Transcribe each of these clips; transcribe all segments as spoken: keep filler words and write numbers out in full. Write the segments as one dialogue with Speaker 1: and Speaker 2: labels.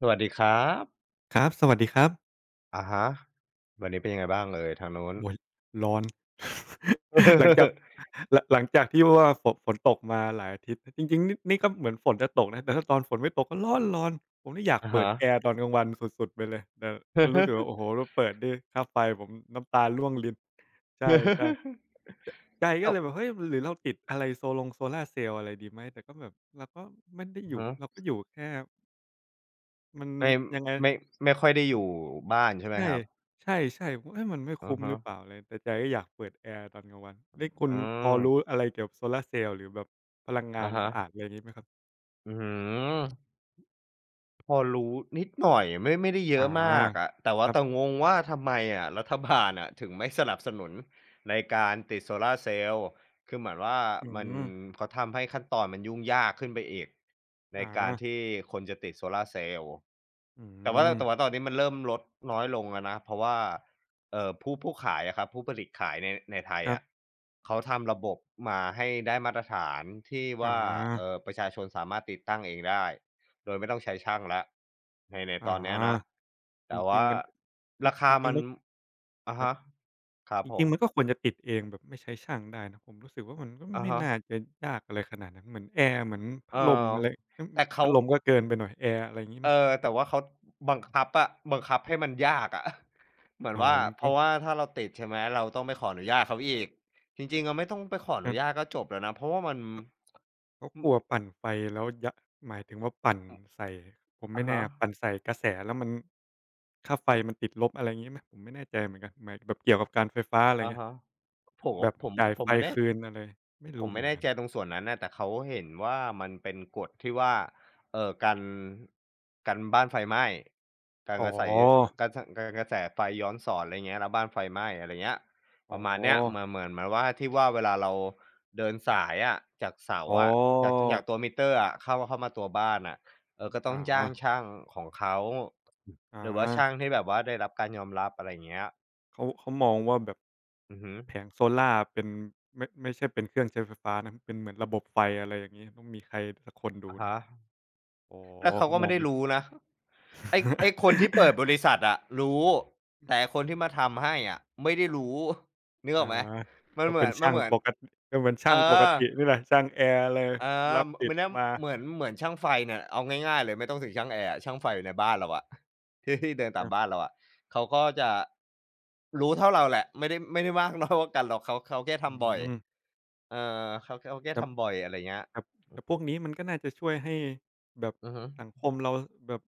Speaker 1: สวัสดีครับ
Speaker 2: ครับ สวัสดีครับ
Speaker 1: อะฮะ วันนี้เป็นยังไงบ้างเอ่ยทางนู้น
Speaker 2: โอ้ยร้อน หลังจาก หลังหลังจากที่ว่าฝนฝนตกมาหลายอาทิตย์จริงๆนี่นี่ก็เหมือนฝนจะตกนะ แต่ถ้าตอนฝนไม่ตกก็ร้อนๆผมนี่อยาก
Speaker 1: อะ
Speaker 2: เปิด
Speaker 1: ฮะ
Speaker 2: แอร์ตอนกลางวันสุดๆไปเลย แต่ก็รู้สึกว่าโอ้โฮเราเปิดนี่ค่าไฟผมน้ำตาร่วงรินใช่ๆใจ
Speaker 1: ต
Speaker 2: ก็เล
Speaker 1: ก
Speaker 2: ยแบบเฮ้ยหรือเราติดอะไรโซลงโซล่าร์เซลล์อะไรดีไหมแต่ก็แบบเราก็ไม่ได้อ
Speaker 1: อะ
Speaker 2: ยู่
Speaker 1: ฮะ
Speaker 2: เราก็อยู่แค่มัน
Speaker 1: ไม่
Speaker 2: ยังไง
Speaker 1: ไม่ไม่ค่อยได้อยู่บ้านใช่ไหม
Speaker 2: ใช่
Speaker 1: ครับ
Speaker 2: ใช่ๆผมว่าเฮ้ยมันไม่
Speaker 1: อะ
Speaker 2: คุ้มห
Speaker 1: ฮะ
Speaker 2: รือเปล่าอะไรแต่ใจก็อยากเปิดแอร์ตอนกลางวันนี่คุณ
Speaker 1: อื
Speaker 2: พอรู้
Speaker 1: ม
Speaker 2: อะไรเกี่ยวกับโซลาร์เซลล์หรือแบบพลังงา
Speaker 1: อะ
Speaker 2: น
Speaker 1: ฮะ
Speaker 2: สะอาดอะไรงี้ไหมครับ
Speaker 1: อื้อฮือ พอรู้นิดหน่อยไม่ไม่ได้เย
Speaker 2: อา
Speaker 1: อะมากอะแต่
Speaker 2: ค
Speaker 1: ว่า
Speaker 2: รับ
Speaker 1: แต่งงว่าทำไมอะรัฐบาลอะถึงไม่สนับสนุนในการติดโซลาร์เซลล์คือเหมือนว่า
Speaker 2: อื
Speaker 1: มัน
Speaker 2: ม
Speaker 1: เขาทำให้ขั้นตอนมันยุ่งยากขึ้นไปอีกในการ
Speaker 2: อา
Speaker 1: ที่คนจะติดโซลาร์เซลล์
Speaker 2: อื
Speaker 1: แต่ว่า
Speaker 2: ม
Speaker 1: แต่ว่าตอนนี้มันเริ่มลดน้อยลงแล้วนะเพราะว่าเอ่อผู้ผู้ขายอะครับผู้ผลิตขายในในไทย
Speaker 2: ครับ
Speaker 1: อะเขาทำระบบมาให้ได้มาตรฐานที่
Speaker 2: อา
Speaker 1: ว่าเอ่อประชาชนสามารถติดตั้งเองได้ โดยไม่ต้องใช้ช่างแล้วในในต
Speaker 2: อา
Speaker 1: อนเนี้ยนะ
Speaker 2: จ
Speaker 1: แต่
Speaker 2: ริง
Speaker 1: ว่า
Speaker 2: ๆมันครับ
Speaker 1: รา
Speaker 2: จ
Speaker 1: คา
Speaker 2: ริ
Speaker 1: มั
Speaker 2: งๆ
Speaker 1: น
Speaker 2: มัน
Speaker 1: อะ
Speaker 2: ครับ
Speaker 1: ฮะครับ
Speaker 2: จ
Speaker 1: ผ
Speaker 2: ริงๆมัน
Speaker 1: ม
Speaker 2: ก็ควรจะติดเองแบบไม่ใช้ช่างได้นะผมรู้สึกว่ามันก็
Speaker 1: อะ
Speaker 2: ไม่
Speaker 1: ฮะ
Speaker 2: น่าจะยากอะไรขนาดนั้นเหมือนแอร์เหมือนพั
Speaker 1: เอ
Speaker 2: ด
Speaker 1: อ
Speaker 2: ลมอะไรอืม
Speaker 1: แต่เขา
Speaker 2: พัดลมก็เกินไปหน่อยแอร์อะไรงี้
Speaker 1: เออ
Speaker 2: มั้ง
Speaker 1: แต่ว่าเขาบังคับอะบังคับให้มันยากอะ เหมือน
Speaker 2: อ๋อ
Speaker 1: ว่า
Speaker 2: มัน
Speaker 1: เพ
Speaker 2: ก็
Speaker 1: ราะว่าถ้าเราติดใช่ไหมเราต้องไปขออนุญาตเขาอีกจริงๆเราไม่ต้องไปขออ
Speaker 2: เอ
Speaker 1: นุ
Speaker 2: อ
Speaker 1: ญาตก็จบแล้วนะเพราะว่ามัน
Speaker 2: เขา
Speaker 1: อือ
Speaker 2: กลัวปั่นไฟแล้วยะหมายถึงว่าปั่นใส่ผมไม่
Speaker 1: อะ
Speaker 2: แน่
Speaker 1: ฮะ
Speaker 2: ปั่นใส่กระแสแล้วมันค่าไฟมันติดลบอะไรงี้ไหมผมไม่แน่ใจเหมือนกันหมายแบบเกี่ยวกับการไฟฟ้าอะไร
Speaker 1: อะ
Speaker 2: เงี้ย
Speaker 1: ฮะผม
Speaker 2: แบบ
Speaker 1: ผม
Speaker 2: จ่าย
Speaker 1: ผ
Speaker 2: ไฟ
Speaker 1: มไม่ได้
Speaker 2: คืนอะไรไม่
Speaker 1: ผ
Speaker 2: รู้
Speaker 1: ม
Speaker 2: เห
Speaker 1: ไม่
Speaker 2: มือน
Speaker 1: แน่
Speaker 2: กัน
Speaker 1: ใจตรงส่วนนั้นนะแต่เขาเห็นว่ามันเป็นกฎที่ว่าเอ่อกันกันบ้านไฟไหม้การ
Speaker 2: อ๋อ
Speaker 1: กระใสการสการกระแสไฟย้อนสอนอะไรเงี้ยแล้วบ้านไฟไหม้อะไรเงี้ย
Speaker 2: อ๋
Speaker 1: ป
Speaker 2: อ
Speaker 1: ระมาณเนี้ยเหมือนเหมือนเหมือนว่าที่ว่าเวลาเราเดินสายอะจากเสา
Speaker 2: อ๋อ
Speaker 1: อะจากจากตัวมิเตอร์อะเข้าเข้ามาตัวบ้านอะเออก็ต้องจ้าง
Speaker 2: อา
Speaker 1: ช่างของเขาหรือว่า
Speaker 2: อา
Speaker 1: ช่างที่แบบว่าได้รับการยอมรับอะไรเงี้ย
Speaker 2: เขาเขามองว่าแบบ
Speaker 1: อือฮึ
Speaker 2: แผงโซล่าร์เป็นไม่ไม่ใช่เป็นเครื่องใช้ไฟฟ้านะเป็นเหมือนระบบไฟอะไรอย่างงี้ต้องมีใครสักคนดู
Speaker 1: อะ
Speaker 2: นะ
Speaker 1: ฮะ
Speaker 2: อ๋อ
Speaker 1: แล้วเขา
Speaker 2: เขา
Speaker 1: ก็
Speaker 2: ม
Speaker 1: ไม่
Speaker 2: อง
Speaker 1: ได้
Speaker 2: ไป
Speaker 1: รู้นะ ไอ้ไอ้คนที่เปิดบริษัทอะรู้แต่คนที่มาทำให้อะไม่ได้รู้ นึกอ
Speaker 2: อา
Speaker 1: อกไหมมัน
Speaker 2: ก็
Speaker 1: เหมื
Speaker 2: เป็
Speaker 1: อ
Speaker 2: น
Speaker 1: นมัน
Speaker 2: ช่าง
Speaker 1: เหมือน
Speaker 2: ปกติก็เป็น
Speaker 1: เอ
Speaker 2: ช่างปก
Speaker 1: อ
Speaker 2: ตินี่แหละช่างแอร์เลย
Speaker 1: เออ
Speaker 2: รับ
Speaker 1: ม
Speaker 2: ติด
Speaker 1: มันนะ
Speaker 2: มา
Speaker 1: เหมือนเหมือนช่างไฟเนี่ยเอาง่ายๆเลยไม่ต้องถึงช่างแอร์อะช่างไฟอยู่ในบ้านเราอะ ที่ที่เดิน
Speaker 2: ค
Speaker 1: ตาม
Speaker 2: รั
Speaker 1: บ้า
Speaker 2: บ
Speaker 1: นเราอะเขาก็จะรู้เท่าเราแหละไม่ได้ไม่ได้มากน้อยกว่ากันหรอกเขาเขาแค่
Speaker 2: อื
Speaker 1: ทำบ่อย
Speaker 2: ม
Speaker 1: เออเขาเขาแค่
Speaker 2: ครับ
Speaker 1: ทำบ่อยอะไรเงี้ย
Speaker 2: ครับแต่พวกนี้มันก็น่าจะช่วยให้แบบ
Speaker 1: อือฮึ
Speaker 2: สังคมเราแบบ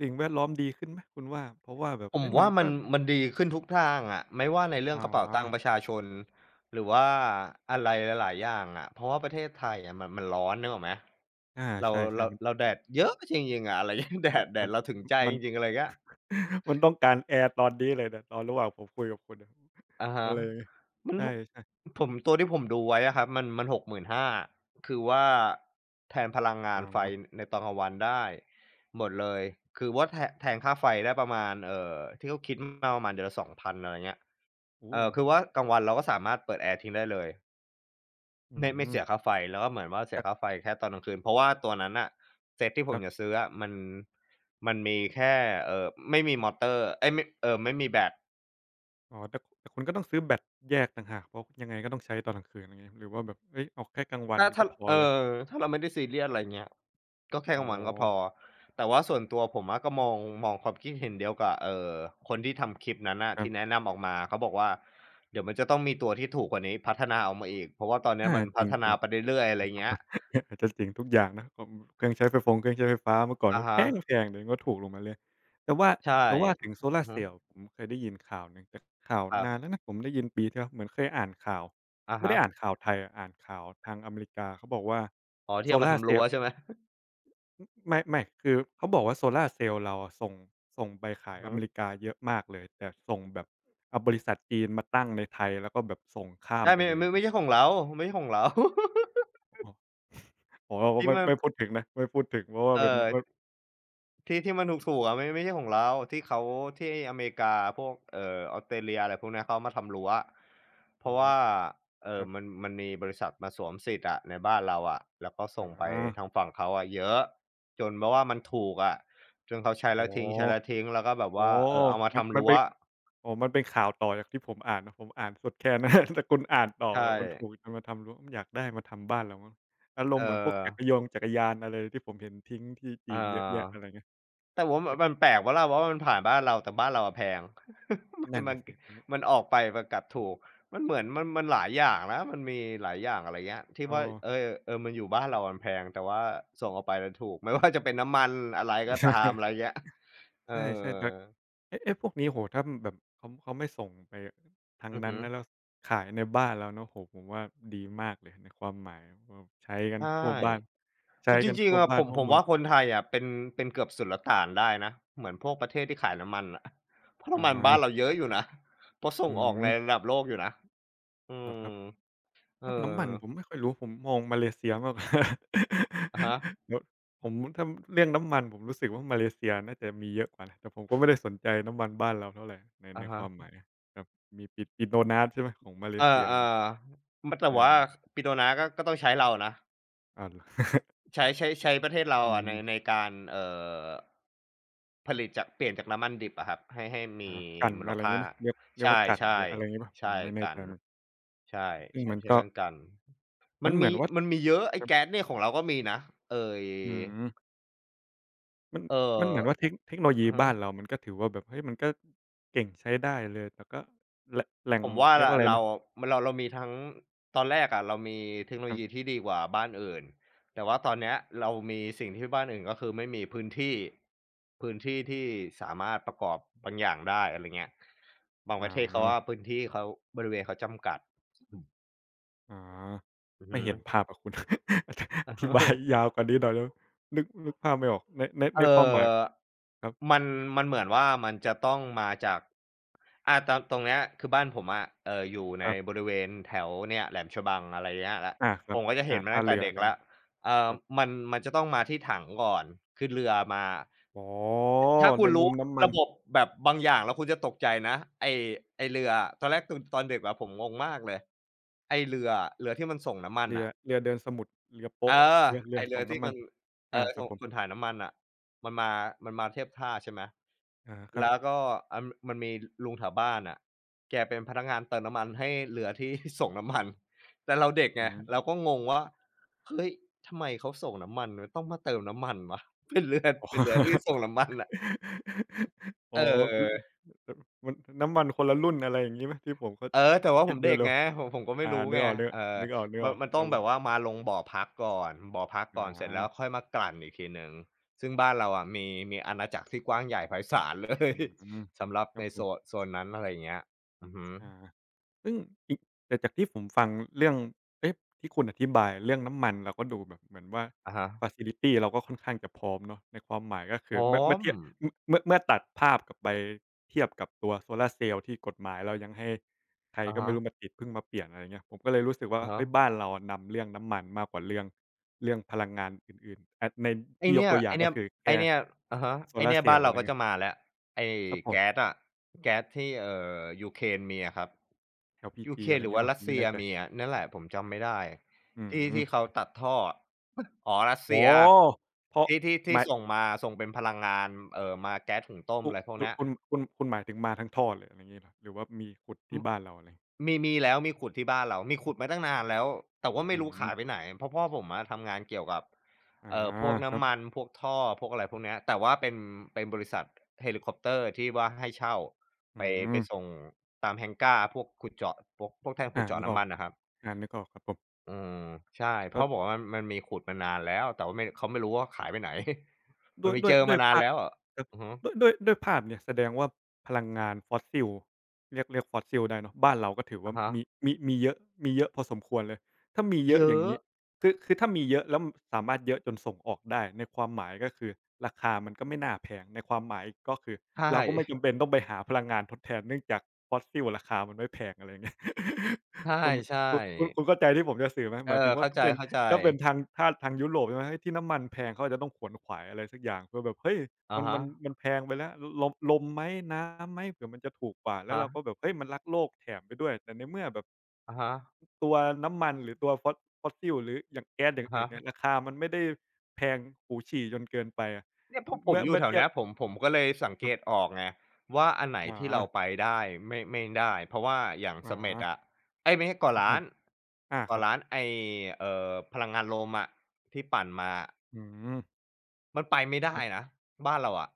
Speaker 2: สิ่งแวดล้อมดีขึ้นไหมคุณว่าเพราะว่าแบบ
Speaker 1: ผม
Speaker 2: เฮ้ยมัน
Speaker 1: ว่ามั
Speaker 2: ก็
Speaker 1: นมันดีขึ้นทุกทางอะไม่ว่าในเรื่อ
Speaker 2: อ๋อ
Speaker 1: งกระเป๋าตังค์ประชาชนหรือว่าอะไรหลายๆอย่างอะเพราะว่าประเทศไทยอะมันมันร้อนนึกออกไหม
Speaker 2: อา
Speaker 1: เรา
Speaker 2: ใช่
Speaker 1: เราเรา
Speaker 2: ๆ
Speaker 1: แดดเยอะจริงๆอะอะไรเงี้ย แด
Speaker 2: มัน
Speaker 1: ดแด
Speaker 2: มั
Speaker 1: ด
Speaker 2: น
Speaker 1: เราถึงใจ
Speaker 2: มันมั
Speaker 1: จ
Speaker 2: น
Speaker 1: ริงๆอะไรเงี้ย
Speaker 2: มันต้องการแอร์ตอนนี้เลยเนี่ยตอนระหว่างผมคุยกับคุณอะ
Speaker 1: อะ
Speaker 2: อะ
Speaker 1: ฮะ
Speaker 2: ไร
Speaker 1: มัน
Speaker 2: ใช่
Speaker 1: หก
Speaker 2: ๆ
Speaker 1: ผมตัวที่ผมดูไว้อะครับมันมันหกหมื่นห้าพันคือว่าแทนพลังงา
Speaker 2: อ๋อ
Speaker 1: นไฟในตอนกลางวันได้หมดเลยคือว่าแทแทนค่าไฟได้ประมาณเอ่อที่เขาคิดมาประมาณเดือนละสองพันองพันอะไรเงี้ย
Speaker 2: โอ้
Speaker 1: เอ่อคือว่ากลางวันเราก็สามารถเปิดแอร์ทิ้งได้เลย
Speaker 2: อื
Speaker 1: ไม่ไม่
Speaker 2: ม
Speaker 1: เสียค่าไฟแล้วก็เหมือนว่าเสียค่า
Speaker 2: แต่
Speaker 1: ไฟแค่ตอนกลางคืนเพราะว่าตัวนั้นน่ะเซตที่
Speaker 2: ค
Speaker 1: ผม
Speaker 2: รั
Speaker 1: จะ
Speaker 2: บ
Speaker 1: ซื้ออะมันมันมีแค่เอ่อไม่มีมอเตอร์เอ๊ยไม่เอ่อไม่มีแบต
Speaker 2: อ๋อแต่แต่คุณก็ต้องซื้อแบตแยกต่างหากเพราะยังไงก็ต้องใช้ตอนกลางคืนอย่างงี้หรือว่าแบบเฮ้ยเอาแค่กลางวัน
Speaker 1: ถ้า
Speaker 2: ก็
Speaker 1: ถ้า
Speaker 2: พอ
Speaker 1: เอ
Speaker 2: แล้ว
Speaker 1: อถ้าเราไม่ได้ซีเรียสอะไรเงี้ยก็แค่ก
Speaker 2: อ๋อ
Speaker 1: ลาวันก็พอแต่ว่าส่วนตัวผมอะก็มองมองความคิดเห็นเดียวกับเอ่อคนที่ทำคลิปนั้นน่ะ
Speaker 2: ครั
Speaker 1: ที่แนะ
Speaker 2: บ
Speaker 1: นำออกมาเขาบอกว่าเดี๋ยวมันจะต้องมีตัวที่ถูกกว่านี้พัฒนาออกมาอีกเพราะว่าตอนเนี้ย
Speaker 2: อา
Speaker 1: มัน
Speaker 2: จ
Speaker 1: พัฒ
Speaker 2: ริ
Speaker 1: นา
Speaker 2: ง
Speaker 1: ไปเรื่อยๆอะ
Speaker 2: ๆ
Speaker 1: ไร
Speaker 2: นะครับ
Speaker 1: เงี้ย
Speaker 2: อาจจะจริงทุกอย่างนะของเครื่องใช้ไฟฟงเครื่องใช้ไฟฟ้าเมื่อก่อน
Speaker 1: อะ
Speaker 2: ก็แพ
Speaker 1: ฮะ
Speaker 2: งๆเดี๋ยวนี้ก็ถูกลงมาเรื่อยแต่ว่า
Speaker 1: ใช่
Speaker 2: แต่ว่าถึงโซ
Speaker 1: อื
Speaker 2: ล่า
Speaker 1: อ
Speaker 2: ร์
Speaker 1: ฮึ
Speaker 2: เซลล์ผมเคยได้ยินข่าวหนึ่งแต่ข่าว
Speaker 1: ครับ
Speaker 2: นานแล้วนะผมได้ยินปีที่แล้วเหมือนเคยอ่านข่าว
Speaker 1: อะ
Speaker 2: ไม่
Speaker 1: ฮะ
Speaker 2: ได้อ่านข่าวไทยอะอ่านข่าวทางอเมริกาเขาบอกว่า
Speaker 1: อ๋อ
Speaker 2: โซ
Speaker 1: ที่เอามา
Speaker 2: ล่าร์
Speaker 1: ทำ
Speaker 2: เซ
Speaker 1: รั้
Speaker 2: ล
Speaker 1: ว
Speaker 2: ล์
Speaker 1: ใช่ไหม
Speaker 2: ไม่ไม่คือเขาบอกว่าโซล่าร์เซลล์เราอะส่งส่งไปขา
Speaker 1: อื
Speaker 2: ย
Speaker 1: อ
Speaker 2: อ
Speaker 1: ฮึ
Speaker 2: เมริกาเยอะมากเลยแต่ส่งแบบเอาบริษัทจีนมาตั้งในไทยแล้วก็แบบส่งข้าม
Speaker 1: ใช่
Speaker 2: ไป
Speaker 1: ไม่
Speaker 2: เลย
Speaker 1: ไม่ไม่ใช่ของเราไม่ใช่ของเรา
Speaker 2: อ๋ออ๋อเราก็
Speaker 1: ที่
Speaker 2: ไม่
Speaker 1: มัน
Speaker 2: ไม่พูดถึงนะไม่พูดถึงเพราะว่า
Speaker 1: เอ่
Speaker 2: เป็น
Speaker 1: อ
Speaker 2: ว
Speaker 1: ที่ที่มันถูกๆอะไม่ไม่ใช่ของเราที่เขาที่อเมริกาพวกเอ่อออสเตรเลียอะไรพวกเนี้ยเขามาทำรั้วเพ
Speaker 2: อ๋อ
Speaker 1: ราะว่าเอ่
Speaker 2: ค
Speaker 1: อ
Speaker 2: รั
Speaker 1: มัน
Speaker 2: บ
Speaker 1: มันมีบริษัทมาสวมสิทธิ์อะในบ้านเราอะแล้วก็
Speaker 2: อ
Speaker 1: ส่งไป
Speaker 2: า
Speaker 1: ทางฝั่งเขาอะเยอะจนแบบว่ามันถูกอะจนเขาใช้
Speaker 2: อ๋
Speaker 1: แล้
Speaker 2: อ
Speaker 1: วทิ้งใช้แล้วทิ้งแล้วก็แบบ
Speaker 2: อ๋อ
Speaker 1: ว่าเอ่อเอามา
Speaker 2: มัน
Speaker 1: ทำ
Speaker 2: มัน
Speaker 1: รั้ว
Speaker 2: เป็นอ๋อมันเป็นข่าวต่อจากที่ผมอ่านนะผมอ่านสุดแค่นั้น แต่คุณอ่านต่อแบ
Speaker 1: ใช่
Speaker 2: บมันถูกจะมาทำรั้วมันอยากได้มาทำบ้านเรามั้งอารมณ์เห
Speaker 1: เอ่
Speaker 2: มือนพวก
Speaker 1: อ
Speaker 2: จักรยงจักรยานอะไรที่ผมเห็นทิ้งที่จี
Speaker 1: เอ่อ
Speaker 2: นเยอะแยะอะไรเงี้ย
Speaker 1: แต่ว่ามันมันแปลกเปล่าล่ะเพราะว่ามันผ่านบ้านเราแต่บ้านเราอะแพง มัน
Speaker 2: นั่น
Speaker 1: มัน
Speaker 2: น่ะสิอือ
Speaker 1: มันออกไปมันกลับถูกมันเหมือนมันมันหลายอย่างนะมันมีหลายอย่างอะไรเงี้ยที่
Speaker 2: เอ
Speaker 1: ว่า
Speaker 2: อ
Speaker 1: เออเออมันอยู่บ้านเรามันแพงแต่ว่าส่งออกไปมันถูกไม่ว่าจะเป็นน้ำมันอะไรก็ตามอะไร เงี้ยเออ
Speaker 2: ใช่ๆแบบเอไอ้พวกนี้โอ้โฮถ้าแบบเขาเขาไม่ส่งไปทาง
Speaker 1: อือ
Speaker 2: นั้น
Speaker 1: ฮึ
Speaker 2: นะแล้วขายในบ้านเราเนาะโอ้โฮผมว่าดีมากเลยในความหมายแบบใช้กัน
Speaker 1: ใช่
Speaker 2: ทั่วบ้านใช้
Speaker 1: อุ๊จ
Speaker 2: กัน
Speaker 1: ริง
Speaker 2: ทั่ว
Speaker 1: ๆอะ
Speaker 2: บ้า
Speaker 1: ผ
Speaker 2: น
Speaker 1: ม
Speaker 2: ทั่ว
Speaker 1: ผม
Speaker 2: เมือง
Speaker 1: ว่าคนไทยอะเป็นเป็นเกือบสุลต่านได้นะเหมือนพวกประเทศที่ขายน้ำมันอะ เพราะน้ำมันบ้าน
Speaker 2: อา
Speaker 1: เราเยอะอยู่นะเพราะส่
Speaker 2: อื
Speaker 1: งอ
Speaker 2: อ
Speaker 1: อก
Speaker 2: ฮึ
Speaker 1: ในระดับโลกอยู่นะอื
Speaker 2: เหรอครับ
Speaker 1: มเอ
Speaker 2: ถ้าน้ำมัน
Speaker 1: อ
Speaker 2: ผมไม่ค่อยรู้ผมมองมาเลเซียมากกว่า
Speaker 1: อะฮะ
Speaker 2: เดี๋ยวผมถ้าเรื่องน้ำมันผมรู้สึกว่ามาเลเซียน่าจะมีเยอะกว่านะแต่ผมก็ไม่ได้สนใจน้ำมันบ้านเราเท่าไรในใน
Speaker 1: อะ
Speaker 2: ค
Speaker 1: ฮะ
Speaker 2: วามหมายครับมีปิดปิโตรนาสใช่ไหมของมาเล
Speaker 1: เออ
Speaker 2: เซีย
Speaker 1: ๆมันแต่
Speaker 2: ใช่
Speaker 1: ว่าปิโตน้าก็ก็ต้องใช้เรานะ
Speaker 2: อ้าวเหร อ
Speaker 1: ใช้ใช้ใช้ประเทศเรา
Speaker 2: อื
Speaker 1: อะใน
Speaker 2: ม
Speaker 1: ในการเอ่อผลิตจากเปลี่ยนจากน้ำมันดิบอะครับให้ให้
Speaker 2: อา
Speaker 1: มี
Speaker 2: กั่น
Speaker 1: มูล
Speaker 2: อะไร
Speaker 1: ค่า
Speaker 2: งี้ไหมเรียกเรียก
Speaker 1: ใช่
Speaker 2: ว่ากั่
Speaker 1: ๆ
Speaker 2: น
Speaker 1: ใ
Speaker 2: หรืออะไรงี้เปล่าผม
Speaker 1: ช่
Speaker 2: ไม่แน่
Speaker 1: กั
Speaker 2: ใจ
Speaker 1: น
Speaker 2: เหมือน
Speaker 1: ใช่
Speaker 2: ซึ่ง
Speaker 1: ใช้
Speaker 2: มัน
Speaker 1: ใช้
Speaker 2: ก็
Speaker 1: กันกัน
Speaker 2: มั
Speaker 1: มั
Speaker 2: น
Speaker 1: น
Speaker 2: เหมื
Speaker 1: มี
Speaker 2: อนว่า
Speaker 1: มันมีเยอะไอ้
Speaker 2: แบบ
Speaker 1: แก๊สเนี่ยของเราก็มีนะเอ่ย
Speaker 2: อืมมัน
Speaker 1: เอ่อ
Speaker 2: มันเหมือนว่าเทคเทคโนโลยี
Speaker 1: อะฮะ
Speaker 2: บ้านเรามันก็ถือว่าแบบเฮ้ยมันก็เก่งใช้ได้เลยแต่ก็แหล่งแหล่ง
Speaker 1: ผมว่า
Speaker 2: เรีย
Speaker 1: ร
Speaker 2: กว่าอะไร
Speaker 1: เรา
Speaker 2: นะ
Speaker 1: มันเราเรามีทั้งตอนแรกอะเรามีเทคโน
Speaker 2: ค
Speaker 1: โล
Speaker 2: รั
Speaker 1: ยี
Speaker 2: บ
Speaker 1: ที่ดีกว่าบ้านอื่นแต่ว่าตอนเนี้ยเรามีสิ่งที่บ้านอื่นก็คือไม่มีพื้นที่พื้นที่ที่สามารถประกอบบางอย่างได้อะไรเงี้ยบาง
Speaker 2: อ๋
Speaker 1: ประเทศ
Speaker 2: อ
Speaker 1: เขาว่าพื้นที่เขาบริเวณเขาจำกัด
Speaker 2: อ๋อ
Speaker 1: อือ
Speaker 2: ไม่
Speaker 1: ฮึ
Speaker 2: เห็นภาพอะคุณ ออ
Speaker 1: อือฮ
Speaker 2: ธิบาย
Speaker 1: ึ
Speaker 2: ยาวกว่านี้หน่อยได้ไหมนึกนึกภาพไม่ออกในในใน
Speaker 1: เอ่
Speaker 2: ความหมาย
Speaker 1: อ
Speaker 2: ครับ
Speaker 1: มันมันเหมือนว่ามันจะต้องมาจากอ่าตอนตรงเนี้ยคือบ้านผมอะเอ่ออยู่
Speaker 2: ค
Speaker 1: ใน
Speaker 2: รั
Speaker 1: บ
Speaker 2: บ
Speaker 1: ริเวณแถวเนี่ยแหลมฉบังอะไรเงี้ยแล้ว
Speaker 2: อาครั
Speaker 1: ผ
Speaker 2: บ
Speaker 1: มก็จะเห็
Speaker 2: อา
Speaker 1: นมา
Speaker 2: ท่า
Speaker 1: ตั้งแต่
Speaker 2: เรือ
Speaker 1: เด็
Speaker 2: อะ
Speaker 1: ก
Speaker 2: ไร
Speaker 1: แล้ว
Speaker 2: งี้
Speaker 1: เอ่
Speaker 2: ค
Speaker 1: อ
Speaker 2: รับ
Speaker 1: มันมันจะต้องมาที่ถังก่อนขึ้นเรือมา
Speaker 2: อ๋อ
Speaker 1: ถ้า
Speaker 2: ใน
Speaker 1: คุณ
Speaker 2: มุ
Speaker 1: รู้
Speaker 2: มน้ำมัน
Speaker 1: ระบบแบบบางอย่างแล้วคุณจะตกใจนะไอ้ไอ้เรืออะตอนแรกตอนตอนเด็กอะผมงงมากเลยไอ้เรืออะเรือที่มันส่งน้ำมัน
Speaker 2: เรือ
Speaker 1: อะ
Speaker 2: เรือเดินสมุทรเรือ
Speaker 1: เอ
Speaker 2: โป๊ะ
Speaker 1: อ
Speaker 2: เรือเรือ
Speaker 1: ไอ้เรื
Speaker 2: ส่
Speaker 1: อ
Speaker 2: ง
Speaker 1: ที่
Speaker 2: น้ำมัน
Speaker 1: มันเอ
Speaker 2: อา
Speaker 1: อ
Speaker 2: ครั
Speaker 1: ส่
Speaker 2: บ
Speaker 1: ง
Speaker 2: ผม
Speaker 1: ส่วนถ่ายน้ำมันอะมันมามันมาเทียบท่าใช่ไหม
Speaker 2: อาครับ
Speaker 1: แล้วก็อันมันมีลุงแถวบ้านน่ะแกเป็นพนักงานเติมน้ำมันให้เรือที่ ส่งน้ำมันแต่เราเด็ก
Speaker 2: อื
Speaker 1: ไง
Speaker 2: ม
Speaker 1: เราก็งงว่าเฮ้ยทำไมเขาส่งน้ำมันมันต้องมาเติมน้ำมันวะเป็นเรือเป็นเรือที่ส่งน้ำมันน่ะ
Speaker 2: อ๋
Speaker 1: เ
Speaker 2: ออ๋อ
Speaker 1: ออ
Speaker 2: ออมันน้ำมันคนละรุ่นอะไรอย่างงี้ไหมที่ผมเข้า
Speaker 1: เออแต่ว่าผ
Speaker 2: คิด
Speaker 1: มเด็ก
Speaker 2: เร็ว
Speaker 1: ไงผมผมก็
Speaker 2: ๆ
Speaker 1: ไม่
Speaker 2: อา
Speaker 1: รู้
Speaker 2: นึก
Speaker 1: ไง
Speaker 2: ออก
Speaker 1: เอ
Speaker 2: ๆ
Speaker 1: อ
Speaker 2: นึกออก
Speaker 1: มันมัน
Speaker 2: ๆค
Speaker 1: ต้อ
Speaker 2: รับ
Speaker 1: ง
Speaker 2: ผ
Speaker 1: แบ
Speaker 2: ม
Speaker 1: บว่ามาลงบ่อพักก่อนบ่อพัก
Speaker 2: อ
Speaker 1: ก่อนเสร็จแล้ว
Speaker 2: า
Speaker 1: ค่อยมากลั่นอีกทีหนึ่งซึ่งบ้านเราอะมีมีอาณาจักรที่กว้างใหญ่ไพศาลเลย
Speaker 2: อืม
Speaker 1: สำหรับ
Speaker 2: ครับ
Speaker 1: ใน
Speaker 2: ผ
Speaker 1: โซ
Speaker 2: ม
Speaker 1: นโซนนั้นอะไรอย่างเงี้ยอือฮึ
Speaker 2: อาซึ่งอีกแต่จากที่ผมฟังเรื่องเอ๊ะที่คุณอธิบายเรื่องน้ำมันเราก็ดูแบบเหมือนว่า
Speaker 1: อะฮะ
Speaker 2: ฟัซิลิตีเราก็ค่อนข้างจะพร้อมเนาะในความหมายก็คื
Speaker 1: ห
Speaker 2: อ
Speaker 1: อ
Speaker 2: เมื่อเมื่อ
Speaker 1: ม
Speaker 2: เทียบเมื่อเมื่อเมื่อตัดภาพกลับไปเทียบกับตัวโซลาร์เซลล์ที่กฎหมายเรายังให้ใคร
Speaker 1: อะ
Speaker 2: ก็ไม่
Speaker 1: ฮะ
Speaker 2: รู้มาติดเพิ่งมาเปลี่ยนอะไรอย่างเงี้ยผมก็เลยรู้สึกว่า
Speaker 1: อะฮะ
Speaker 2: เฮ้ยบ้านเราอะนำเรื่องน้ำมันมากกว่าเรื่องเรื่องพลังงานอื่นๆอะใน
Speaker 1: ไอ้
Speaker 2: ที่ยก
Speaker 1: เนี่ย
Speaker 2: ตัวอย่า
Speaker 1: ไอ้
Speaker 2: ง
Speaker 1: เนี่
Speaker 2: ก็
Speaker 1: ย
Speaker 2: คือ
Speaker 1: ไอ้
Speaker 2: แค่
Speaker 1: เนี่ยอะฮะ
Speaker 2: โซ
Speaker 1: ไอ้
Speaker 2: ลา
Speaker 1: เนี่
Speaker 2: ร์
Speaker 1: ย
Speaker 2: เซล
Speaker 1: บ้าน
Speaker 2: ล์อะ
Speaker 1: เรา
Speaker 2: ไร
Speaker 1: ก็จะ
Speaker 2: เงี้ย
Speaker 1: มาแล้วไอ้
Speaker 2: ครับผม
Speaker 1: แก๊สอะแก๊สที่เอ่อยูเครนมีอะครับ
Speaker 2: l p ีจี
Speaker 1: ยู เค
Speaker 2: อะไร
Speaker 1: หรือ
Speaker 2: งี้
Speaker 1: ว่า
Speaker 2: เปล่า
Speaker 1: รั
Speaker 2: ผ
Speaker 1: ส
Speaker 2: มไม่
Speaker 1: เซีย
Speaker 2: แน่ใจ
Speaker 1: มีอะนั่นแหละผมจำไม่ได้
Speaker 2: อื
Speaker 1: ที่
Speaker 2: ม
Speaker 1: ที่เขาตัดท่ออ๋ อรัส
Speaker 2: โอ้
Speaker 1: เซีย
Speaker 2: โฮเพราะ
Speaker 1: ที่ที่
Speaker 2: ห
Speaker 1: ที่
Speaker 2: มาย
Speaker 1: ส่งมาส่งเป็นพลังงานเอ่อมาแก๊สหุงต้ม
Speaker 2: คุ
Speaker 1: อะไรพวก
Speaker 2: คุณ
Speaker 1: เนี้ย
Speaker 2: คุณคุณคุณหมายถึงมาทั้งท่อเลยอะไรงี้เหรอหรือว่ามีขุด
Speaker 1: อ
Speaker 2: ที่บ้านเราอะไร
Speaker 1: มีมีแล้วมีขุดที่บ้านเรามีขุดมาตั้งนานแล้วแต่ว่า
Speaker 2: อื
Speaker 1: ไม่รู้ขายไป
Speaker 2: ม
Speaker 1: ไหนเพราะพ่อผมอะทำงานเกี่ยวกับ
Speaker 2: อา
Speaker 1: เอ่อพวก
Speaker 2: ครับ
Speaker 1: น้ำมันพวกท่อพวกอะไรพวกเนี้ยแต่ว่าเป็นเป็นบริษัทเฮลิคอปเตอร์ที่ว่าให้เช่า
Speaker 2: อื
Speaker 1: ไปไป
Speaker 2: ม
Speaker 1: ส่งตาม hangar พวกขุดเจาะพวกพวกแท่นขุ
Speaker 2: อา
Speaker 1: ด
Speaker 2: นึ
Speaker 1: เจาะ
Speaker 2: กออ
Speaker 1: น้ำ
Speaker 2: ก
Speaker 1: มันน่ะครับ
Speaker 2: อานึกออกครับผม
Speaker 1: อืมใช่
Speaker 2: ก็
Speaker 1: พ่อบอกว่ามันมันมีขุดมานานแล้วแต่ว่าไม่เขาไม่รู้ว่าขายไปไหน มั
Speaker 2: ด้ว
Speaker 1: น
Speaker 2: ย
Speaker 1: มี
Speaker 2: ด้ว
Speaker 1: เจ
Speaker 2: ย
Speaker 1: อ
Speaker 2: ด้ว
Speaker 1: มา
Speaker 2: ย
Speaker 1: นาน
Speaker 2: ภาพ
Speaker 1: แล้วอะ
Speaker 2: ครับ
Speaker 1: อือฮึ
Speaker 2: ด้วยด้วยด้วยภาพเนี่ยแสดงว่าพลังงานฟอสซิลเรียกเรียกฟอสซิลได้เนาะบ้านเราก็ถือว่า
Speaker 1: อะฮะ
Speaker 2: มีมีมีเยอะมีเยอะพอสมควรเลยถ้ามีเย
Speaker 1: เย
Speaker 2: อะอย่าง
Speaker 1: อะ
Speaker 2: งี้คือคือถ้ามีเยอะแล้วสามารถเยอะจนส่งออกได้ในความหมายก็คือราคามันก็ไม่น่าแพงในความหมายก็คือ
Speaker 1: ใช
Speaker 2: เราก็ไม่
Speaker 1: ่
Speaker 2: จำเป็นต้องไปหาพลังงานทดแทนเนื่องจากฟอสซิลราคามันไม่แพงอะไรอย่างเงี้ย
Speaker 1: ใ
Speaker 2: คุณ
Speaker 1: ช่
Speaker 2: คุณคุณคุณ
Speaker 1: ๆ
Speaker 2: เข้าใจที่ผมจะสื่อไหมห
Speaker 1: เอ
Speaker 2: มายถึ
Speaker 1: อ
Speaker 2: งว่า
Speaker 1: เข้า
Speaker 2: ถ้า
Speaker 1: ใ
Speaker 2: เป็น
Speaker 1: จ
Speaker 2: ถ้าเป็น
Speaker 1: ๆ
Speaker 2: ทางถ้าทางยุโรปใช่ไหมเฮ้ยที่น้ำมันแพงเขาอาจจะต้องขวนขวายอะไรสักอย่างเพื่อแบบเฮ้ย
Speaker 1: อะ
Speaker 2: มัน
Speaker 1: ฮะ
Speaker 2: มันมันแพงไปแล้วลมลมไหมน้ำไหมเผื่อมันจะถูกกว่า
Speaker 1: อะ
Speaker 2: แล้ว
Speaker 1: ฮะ
Speaker 2: เราก็แบบเฮ้ยมันรักโลกแถมไปด้วยแต่ในเมื่อแบบ
Speaker 1: อะฮะ
Speaker 2: ตัวน้ำมันหรือตัว Fos Fossil หรืออย่างแก๊สอย่าง
Speaker 1: อะ
Speaker 2: อื่
Speaker 1: ฮะ
Speaker 2: นเนี่ยราคามันไม่ได้แพงหูฉี่จนเกินไปอะ
Speaker 1: เนี่ยพอผม
Speaker 2: เมื่อ
Speaker 1: อยู่
Speaker 2: เมื่อ
Speaker 1: แถว
Speaker 2: เทียบ
Speaker 1: เนี้ยผมผมก็เลยสัง
Speaker 2: ค
Speaker 1: เก
Speaker 2: รั
Speaker 1: ต
Speaker 2: บ
Speaker 1: ออกไงว่าอันไหน
Speaker 2: อ๋อ
Speaker 1: ที่เราไปได้ไม่ไม่ได้เพราะว่าอย่าง
Speaker 2: อ๋อ
Speaker 1: เสม็ดอะเอ๊ยไม่ใช่
Speaker 2: ค
Speaker 1: เกาะ
Speaker 2: รับผ
Speaker 1: ล้า
Speaker 2: ม
Speaker 1: น
Speaker 2: อาค
Speaker 1: เกาะ
Speaker 2: รับ
Speaker 1: ล้านไอ้เอ่อพลังงานลมอะที่ปั่นมา
Speaker 2: อืม
Speaker 1: มันไปไม่
Speaker 2: ค
Speaker 1: ได้
Speaker 2: รับ
Speaker 1: นะบ้านเราอะ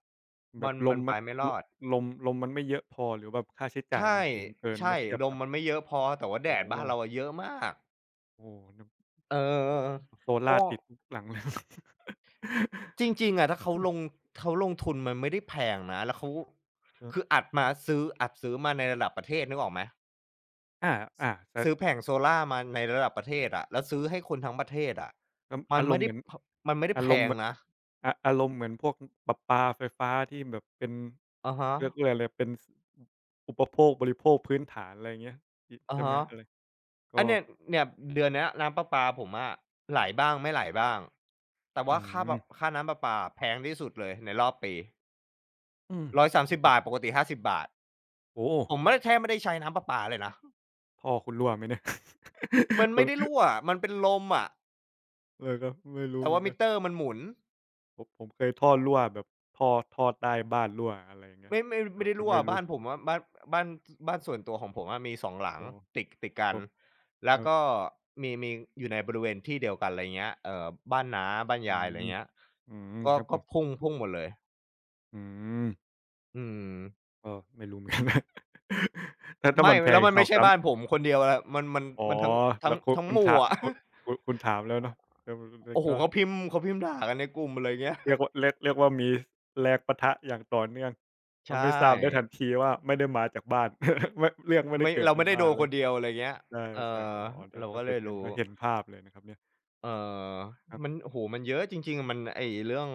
Speaker 2: แบ
Speaker 1: มั
Speaker 2: บ
Speaker 1: น
Speaker 2: ล
Speaker 1: มั
Speaker 2: ม
Speaker 1: น
Speaker 2: มั
Speaker 1: ไป
Speaker 2: น
Speaker 1: ไม่ร
Speaker 2: ล
Speaker 1: อด
Speaker 2: ลมลมมันไม่เยอะพอหรือแบบค่าใช้จ่ายมั
Speaker 1: ใช่
Speaker 2: นสูงเกิน
Speaker 1: ใช่
Speaker 2: เมื่อเทียบ
Speaker 1: ลม
Speaker 2: กับ
Speaker 1: มันไม่เยอะพอแต่ว่าแด
Speaker 2: โอ้
Speaker 1: ด
Speaker 2: โฮ
Speaker 1: บ้านเราอะเยอะมาก
Speaker 2: โอ้โฮนึก
Speaker 1: เออ
Speaker 2: โซ
Speaker 1: เพ
Speaker 2: ล่าร์
Speaker 1: ราะ
Speaker 2: ติดทุกหลังเลย
Speaker 1: จริงๆอะถ้าเขาลงเขาลงทุนมันไม่ได้แพงนะแล้วเขา
Speaker 2: ออ
Speaker 1: คืออัดมาซื้ออัดซื้อมาในระดับประเทศนึกออกไหม
Speaker 2: อาอาแต่
Speaker 1: ซื้อแผงโซล่าร์มาในระดับประเทศอะแล้วซื้อให้คนทั้งประเทศอะ
Speaker 2: อ
Speaker 1: มัน
Speaker 2: อาร
Speaker 1: ไม่
Speaker 2: มณ์เห
Speaker 1: ได้
Speaker 2: มือน
Speaker 1: พมันไม่ได้
Speaker 2: อา
Speaker 1: แพ
Speaker 2: รมณ์
Speaker 1: ง
Speaker 2: แบบ
Speaker 1: นะ
Speaker 2: ออารมณ์เหมือนพวกประปาไฟฟ้าที่แบบเป็น
Speaker 1: อะฮะ
Speaker 2: เรียกว่าอะไรเป็นสอุปโภคบริโภคพื้นฐานอะไรอย่างเงี้ยอิ
Speaker 1: อะ
Speaker 2: ใช่ไหม
Speaker 1: ฮะ
Speaker 2: อะไรก็
Speaker 1: อันเนี้ยเนี่ยเดือนเนี้ยน้ำประปาผมอะไหลบ้างไม่ไหลบ้าง แต่
Speaker 2: อื
Speaker 1: ว่าค่าแบบ
Speaker 2: ม
Speaker 1: ค่าน้ำประปาแพงที่สุดเลยในรอบปี
Speaker 2: อืม
Speaker 1: หนึ่งร้อยสามสิบบ
Speaker 2: ครับ
Speaker 1: บาทปกติห้าสิบบบาท
Speaker 2: โอ้โฮ
Speaker 1: ผมไม่ได้แทบไม่ได้ใช้น้ำประปาเลยนะ
Speaker 2: ท่อคุณรั่วไหมเนี่ย
Speaker 1: มัน
Speaker 2: ค
Speaker 1: ไม่
Speaker 2: น
Speaker 1: ได้รั่วมันเป็นลมอะ
Speaker 2: เลยครับไม่รู้
Speaker 1: แต่
Speaker 2: เหมือ
Speaker 1: ว่า
Speaker 2: นกั
Speaker 1: มิ
Speaker 2: น
Speaker 1: เตอร์มันหมุน
Speaker 2: ผมผมเคยท่อรั่วแบบท่อท่อใต้บ้านรั่วอะไรอย่างเงี้ย
Speaker 1: ไม่ไม่
Speaker 2: แต่
Speaker 1: ไม่ได้
Speaker 2: แต่
Speaker 1: รั่ว
Speaker 2: ไม่รู้
Speaker 1: บ้านผมอะบ้านบ้านบ้านส่วนตัวของผมอะมีสองหลั
Speaker 2: อ๋
Speaker 1: ง
Speaker 2: อ
Speaker 1: ติดติด
Speaker 2: ครับ
Speaker 1: กั
Speaker 2: ผ
Speaker 1: น
Speaker 2: มค
Speaker 1: แล้ว
Speaker 2: รับ
Speaker 1: ก็มีมีอยู่ในบริเวณที่เดียวกันอะไรเงี้ยเอ่อบ้านน้าบ้าน
Speaker 2: อื
Speaker 1: ยายอะไร
Speaker 2: ม
Speaker 1: เงี้ย
Speaker 2: อืม
Speaker 1: ก็
Speaker 2: ครับผ
Speaker 1: ก็
Speaker 2: ม
Speaker 1: พุ่งพุ่งหมดเลย
Speaker 2: อืม
Speaker 1: อืม
Speaker 2: ก็ไม่รู้ เหมือนกันถ้าถ้า
Speaker 1: ไม่
Speaker 2: มันแพ
Speaker 1: แล้
Speaker 2: ง
Speaker 1: วมันไม่
Speaker 2: สองถึงสามอง
Speaker 1: ใช่
Speaker 2: สาม
Speaker 1: บ้านผมคนเดียวอะมันมัน
Speaker 2: อ๋อ
Speaker 1: มันทั้ง
Speaker 2: แล้
Speaker 1: ทั้ง
Speaker 2: วคุณ
Speaker 1: ทั้ง
Speaker 2: คุณ
Speaker 1: หมู่
Speaker 2: ถา
Speaker 1: อะ
Speaker 2: คุณคุณคุณถามแล้วเนาะเออมัน
Speaker 1: โอ้โฮ
Speaker 2: ก็
Speaker 1: เขาพิมพ์เขาพิมพ์ด่ากันในกลุ่มอะไรเงี้ย
Speaker 2: เรียกว่าเรียกเรียกว่ามีแรงปะทะอย่างต่อเนื่อง
Speaker 1: ใช
Speaker 2: ทำให้ทราบได้ทั
Speaker 1: ่
Speaker 2: นทีว่าไม่ได้มาจากบ้าน ไม่เรื่องไม่ได้
Speaker 1: ไม่
Speaker 2: เกิด
Speaker 1: เรา
Speaker 2: ใน
Speaker 1: ไม่ได้
Speaker 2: บ้า
Speaker 1: โด
Speaker 2: น
Speaker 1: น
Speaker 2: เล
Speaker 1: ค
Speaker 2: ย
Speaker 1: นเดียวอะไรเงี้ยเอ
Speaker 2: ใช่ๆ
Speaker 1: อ
Speaker 2: อ๋อถ้า
Speaker 1: เรา
Speaker 2: ถ้า
Speaker 1: ก็เล
Speaker 2: เป็น
Speaker 1: ย
Speaker 2: งั้น
Speaker 1: รู้
Speaker 2: ก็เห็นภาพเลยนะครับเนี่ย
Speaker 1: เออ
Speaker 2: ครั
Speaker 1: มัน
Speaker 2: บ
Speaker 1: โอ้โฮมันเยอะจริงๆอะมันไอ้เรื่อง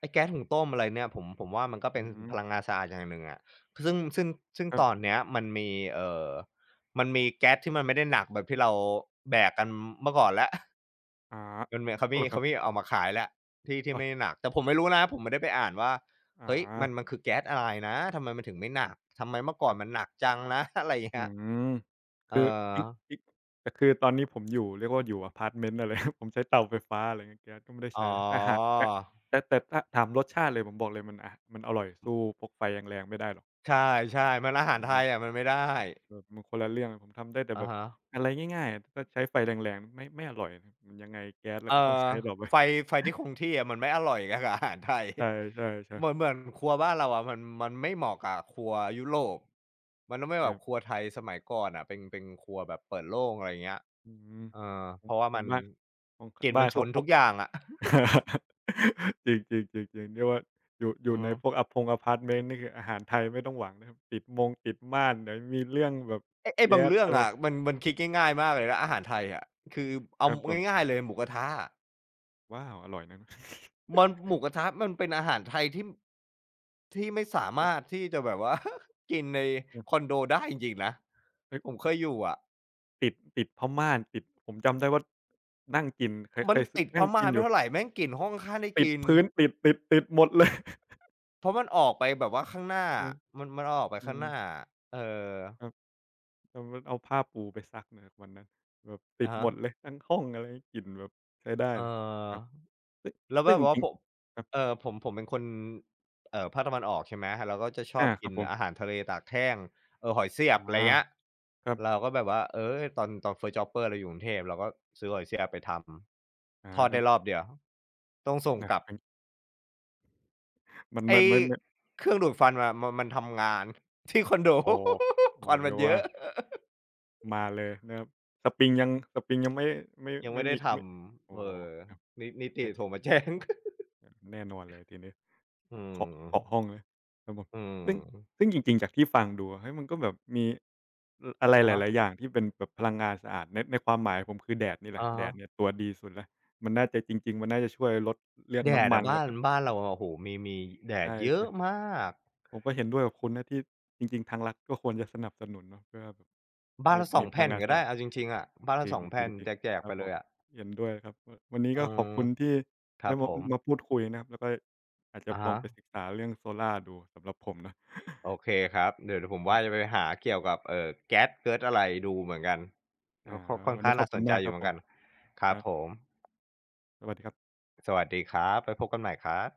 Speaker 1: ไอ้แก๊สหุงต้มอะไรเนี่ยผมผมว่ามันก็เป็
Speaker 2: อื
Speaker 1: น
Speaker 2: ม
Speaker 1: พลังงานสะอาดอย่างหนึ่งอะซึ่งซึ่งซึ่ง
Speaker 2: ครั
Speaker 1: ตอน
Speaker 2: บ
Speaker 1: เนี้ยมันมีเอ่อมันมีแก๊สที่มันไม่ได้หนักแบบที่เราแบกกันเมื่อก่อนแล้ว
Speaker 2: อ๋อ
Speaker 1: มันมีเขา
Speaker 2: อ้าว
Speaker 1: มี
Speaker 2: เหรอครั
Speaker 1: เขา
Speaker 2: บ
Speaker 1: มีเอามาขายแหละที่ที่
Speaker 2: อา
Speaker 1: ไม่หนักแต่ผมไม่รู้นะผมไม่ได้ไปอ่านว่าเฮ้ย
Speaker 2: ค
Speaker 1: มันมันคือแก๊สอะไรนะทำไมมันถึงไม่หนักทำไมเมื่อก่อน
Speaker 2: รับ
Speaker 1: มันหนักจังนะ อะไรอย่าง
Speaker 2: อื
Speaker 1: เงี้ย
Speaker 2: ม
Speaker 1: เออ
Speaker 2: คืออิอิแต่คือตอนนี้ผมอยู่เรียกว่าอยู่อะพาร์ตเมนต์อะไร ผมใช้เตาไฟฟ้าอะไรเงี้ยแก๊สก็ไม่ได้
Speaker 1: อ๋อ
Speaker 2: ใช้แล้วแต่หากแต่แต่แต่ถ้าถามรสชาติเลยผมบอกเลยมันอะมันอร่อยสู้พกไฟแรงๆไม่ได้หรอก
Speaker 1: ใช่ๆมันอาหาร
Speaker 2: โอ้โฮ
Speaker 1: ไทยอะมันไม่ได้
Speaker 2: แบบมันคนละเรื่องผมทำได้แต่แบ
Speaker 1: อะ
Speaker 2: บ
Speaker 1: ฮะ
Speaker 2: อะไรง่ายๆถ้าใช้ไฟแรงๆไม่ไม่อร่อยมันยังไงแก๊สเราก็
Speaker 1: เอ่
Speaker 2: ต้อง
Speaker 1: อ
Speaker 2: ใช้ต่อไป
Speaker 1: ไฟไฟ ที่คงที่อะมันไม่อร่อยอะกับอาหารไทย
Speaker 2: ใช่
Speaker 1: เห
Speaker 2: ๆ
Speaker 1: มือน
Speaker 2: ๆ
Speaker 1: เหมือนครัวบ้านเราอะมันมันไม่เหมาะกับครัวยุโรปมันต้องเป็น
Speaker 2: ค
Speaker 1: แบ
Speaker 2: รั
Speaker 1: บค
Speaker 2: บ
Speaker 1: รัวไทยสมัยก่อนอะเป็นเป็นครัวแบบเปิดโล่งอะไรอย่างเงี้ย
Speaker 2: อืม
Speaker 1: เออ
Speaker 2: ขอ
Speaker 1: เพ
Speaker 2: ง
Speaker 1: ราะว่า
Speaker 2: ขอ
Speaker 1: มั
Speaker 2: ง
Speaker 1: น
Speaker 2: บ้านของค
Speaker 1: กลิ่น
Speaker 2: บ้า
Speaker 1: มัน
Speaker 2: น
Speaker 1: ฉุ
Speaker 2: เขา
Speaker 1: น
Speaker 2: อ
Speaker 1: ทุ
Speaker 2: บ
Speaker 1: กอย่างอะ
Speaker 2: จริงจริงจริงจริงเรียกว่าอยู่อ
Speaker 1: อื
Speaker 2: ยู่
Speaker 1: อ
Speaker 2: ใน
Speaker 1: ฮึ
Speaker 2: พวกอพงอพาร์ตเมนต์นี่คืออาหารไทยไม่ต้องหวังนะครับติดมงติดม่านเดี๋ยวมีเรื่องแบบ
Speaker 1: ไอ้ไอ้บา
Speaker 2: แก๊
Speaker 1: ง
Speaker 2: ส
Speaker 1: เรื่อง
Speaker 2: อะไร
Speaker 1: อะมันมันคิดง่ายๆมากเลยนะอาหารไทยอะคือ
Speaker 2: ค
Speaker 1: เอา
Speaker 2: รับผ
Speaker 1: ง่าย
Speaker 2: ม
Speaker 1: ๆเลยหมูกระทะอะ
Speaker 2: ว้าวอร่อยนะ
Speaker 1: มันหมูกระทะมันเป็นอาหารไทยที่ที่ไม่สามารถที่จะแบบว่า กินใน
Speaker 2: เอ
Speaker 1: คอนโดได้จริงๆนะ
Speaker 2: ้
Speaker 1: ผมเค
Speaker 2: ย
Speaker 1: ยอยู่อะ
Speaker 2: ติดติดพม่านติดผมจำได้ว่านั่งกินเคยเค
Speaker 1: มัน
Speaker 2: ยซอ
Speaker 1: ติดพ
Speaker 2: นั่ง
Speaker 1: ม่า
Speaker 2: กินอ
Speaker 1: ไม่
Speaker 2: ยู่
Speaker 1: เท่าไรแม่งกลิ่นห้องข้างได้ก
Speaker 2: ติด
Speaker 1: ลิ่น
Speaker 2: พื้นติดติดติดหมดเลย
Speaker 1: เพราะมันออกไปแบบว่าข้างหน้า
Speaker 2: อืม
Speaker 1: อะมันมันออกไป
Speaker 2: อื
Speaker 1: ข้าง
Speaker 2: ม
Speaker 1: หน้าอะเออ
Speaker 2: ครับแต่มันเอาผ้าปูไปซักนะครับวันนั้นแบบติด
Speaker 1: อะ
Speaker 2: หม
Speaker 1: ฮะ
Speaker 2: ดเลยทั้งห้องอะไรกลิ่นแบบใช้ได้
Speaker 1: เอ
Speaker 2: เลย
Speaker 1: อ
Speaker 2: ครับซึง
Speaker 1: แล้ว
Speaker 2: ซึ่
Speaker 1: แบ
Speaker 2: ง
Speaker 1: บ
Speaker 2: จ
Speaker 1: ว่า
Speaker 2: ริง
Speaker 1: ผม
Speaker 2: ครับ
Speaker 1: เอ่อผมผมเป็นคนเอ่อภาคตะวันออกใช่ไหมเราก็จะชอ
Speaker 2: อา
Speaker 1: บ
Speaker 2: ครั
Speaker 1: กิ
Speaker 2: บ
Speaker 1: น
Speaker 2: ผม
Speaker 1: อาหารทะเลตากแห้งเอ่อหอยเสียบอะไรเงี้ย
Speaker 2: อาครับ
Speaker 1: เราก็แบบว่าเออตอนตอน เฟิร์ส จ็อบเบอร์ เราอยู่กรุงเทพเราก็ซื้อหอยเสียบไปท
Speaker 2: อา
Speaker 1: ำทอด
Speaker 2: ครั
Speaker 1: ได้
Speaker 2: บ
Speaker 1: รอบเดียวต้องส่ง
Speaker 2: นะ
Speaker 1: กลับ
Speaker 2: อันมัน
Speaker 1: ไอ้
Speaker 2: มันไม่ไม่
Speaker 1: เครื่องดูดฟันอะมันมันทำงาน ที่คอนโด
Speaker 2: โอ้ โอ้
Speaker 1: ควั
Speaker 2: โฮ
Speaker 1: นมั
Speaker 2: เรี
Speaker 1: น
Speaker 2: ยก
Speaker 1: เย
Speaker 2: ว่า
Speaker 1: อะ
Speaker 2: มาเลยนะครับสปริงยังสปริงยังไม่ไม่
Speaker 1: ยัง
Speaker 2: ไม่
Speaker 1: ไม่ได้
Speaker 2: มี
Speaker 1: ท
Speaker 2: ไม่โอ้
Speaker 1: ำเอ
Speaker 2: โฮ
Speaker 1: อ
Speaker 2: ครับ
Speaker 1: นินิติ
Speaker 2: แน่
Speaker 1: โทรมาแจ้ง
Speaker 2: แน่นอนเลยทีนี้
Speaker 1: อื
Speaker 2: แบบเคาะเคาะ
Speaker 1: ม
Speaker 2: ห้องเลยครับผม
Speaker 1: อื
Speaker 2: ซึ่ง
Speaker 1: ม
Speaker 2: ซึ่งจริงๆ จากที่ฟังดูอะเฮ้ยมันก็แบบมีออะไร
Speaker 1: อะ
Speaker 2: ห
Speaker 1: ฮะ
Speaker 2: ลายๆอย่างที่เป็นแบบพลังงานสะอาดในในความหมายผมคือแดดนี่แหละ
Speaker 1: อะ
Speaker 2: แด
Speaker 1: ฮะ
Speaker 2: ดเนี่ยตัวดีสุดแล้วมันน่าจะจริงๆมันน่าจะช่วยลดเรื่อง
Speaker 1: แดด
Speaker 2: น้ำมั
Speaker 1: อะ
Speaker 2: นแล้
Speaker 1: บ้า
Speaker 2: ว
Speaker 1: น
Speaker 2: ก็
Speaker 1: บ้านเราอะโอ้โฮมีมีแดดเยอะ
Speaker 2: ใช่ๆ
Speaker 1: มาก
Speaker 2: ผมก็เห็นด้วยกับคุณนะที่จริงๆทางรัฐก็ควรจะสนับสนุนเนาะเพื่อแบบ
Speaker 1: บ้า
Speaker 2: ให้
Speaker 1: นละสอ
Speaker 2: มี
Speaker 1: ง
Speaker 2: พลั
Speaker 1: แผ่
Speaker 2: ง
Speaker 1: น
Speaker 2: งาน
Speaker 1: ก็
Speaker 2: สะอา
Speaker 1: ได้
Speaker 2: ด
Speaker 1: เอาจริงๆอะบ้าน
Speaker 2: จ
Speaker 1: ละ
Speaker 2: ริ
Speaker 1: ส
Speaker 2: ง
Speaker 1: อง
Speaker 2: จริ
Speaker 1: แผ่
Speaker 2: ง
Speaker 1: น
Speaker 2: จริ
Speaker 1: แ
Speaker 2: ง
Speaker 1: จก
Speaker 2: ค
Speaker 1: ๆ
Speaker 2: รั
Speaker 1: ไป
Speaker 2: บผ
Speaker 1: เล
Speaker 2: ม
Speaker 1: ยอะ
Speaker 2: เห็นด้วยครับววันนี้
Speaker 1: อื
Speaker 2: ก็ขอบ
Speaker 1: ม
Speaker 2: คุณที่
Speaker 1: ครั
Speaker 2: ได้
Speaker 1: บผ
Speaker 2: มา
Speaker 1: ม
Speaker 2: มาพูดคุยนะครับแล้วก็อาจจะ
Speaker 1: อะ
Speaker 2: ลอง
Speaker 1: ฮะ
Speaker 2: ไปศึกษาเรื่องโซล่าร์ดูสำหรับผมนะ
Speaker 1: โอเคครับเดี๋ยวเดี๋ยวผม
Speaker 2: ครั
Speaker 1: ว่าจะ
Speaker 2: บ
Speaker 1: ไปหาเกี่ยวกับเอ่อแก๊สเก๊สอะไรดูเหมือนกัน
Speaker 2: อ่า
Speaker 1: ก็ก็ค่อน
Speaker 2: วันนี้
Speaker 1: ข้าง
Speaker 2: ขอบ
Speaker 1: น่าส
Speaker 2: คุณ
Speaker 1: นใจ
Speaker 2: มาก
Speaker 1: อ
Speaker 2: ค
Speaker 1: ยู่
Speaker 2: รับ
Speaker 1: เหมื
Speaker 2: ผ
Speaker 1: อน
Speaker 2: ม
Speaker 1: กันค
Speaker 2: ค
Speaker 1: รับ
Speaker 2: รั
Speaker 1: ผ
Speaker 2: บ
Speaker 1: ม
Speaker 2: สวัสดีครับ
Speaker 1: สวัสดีครับไว้พบกันใหม่ครับ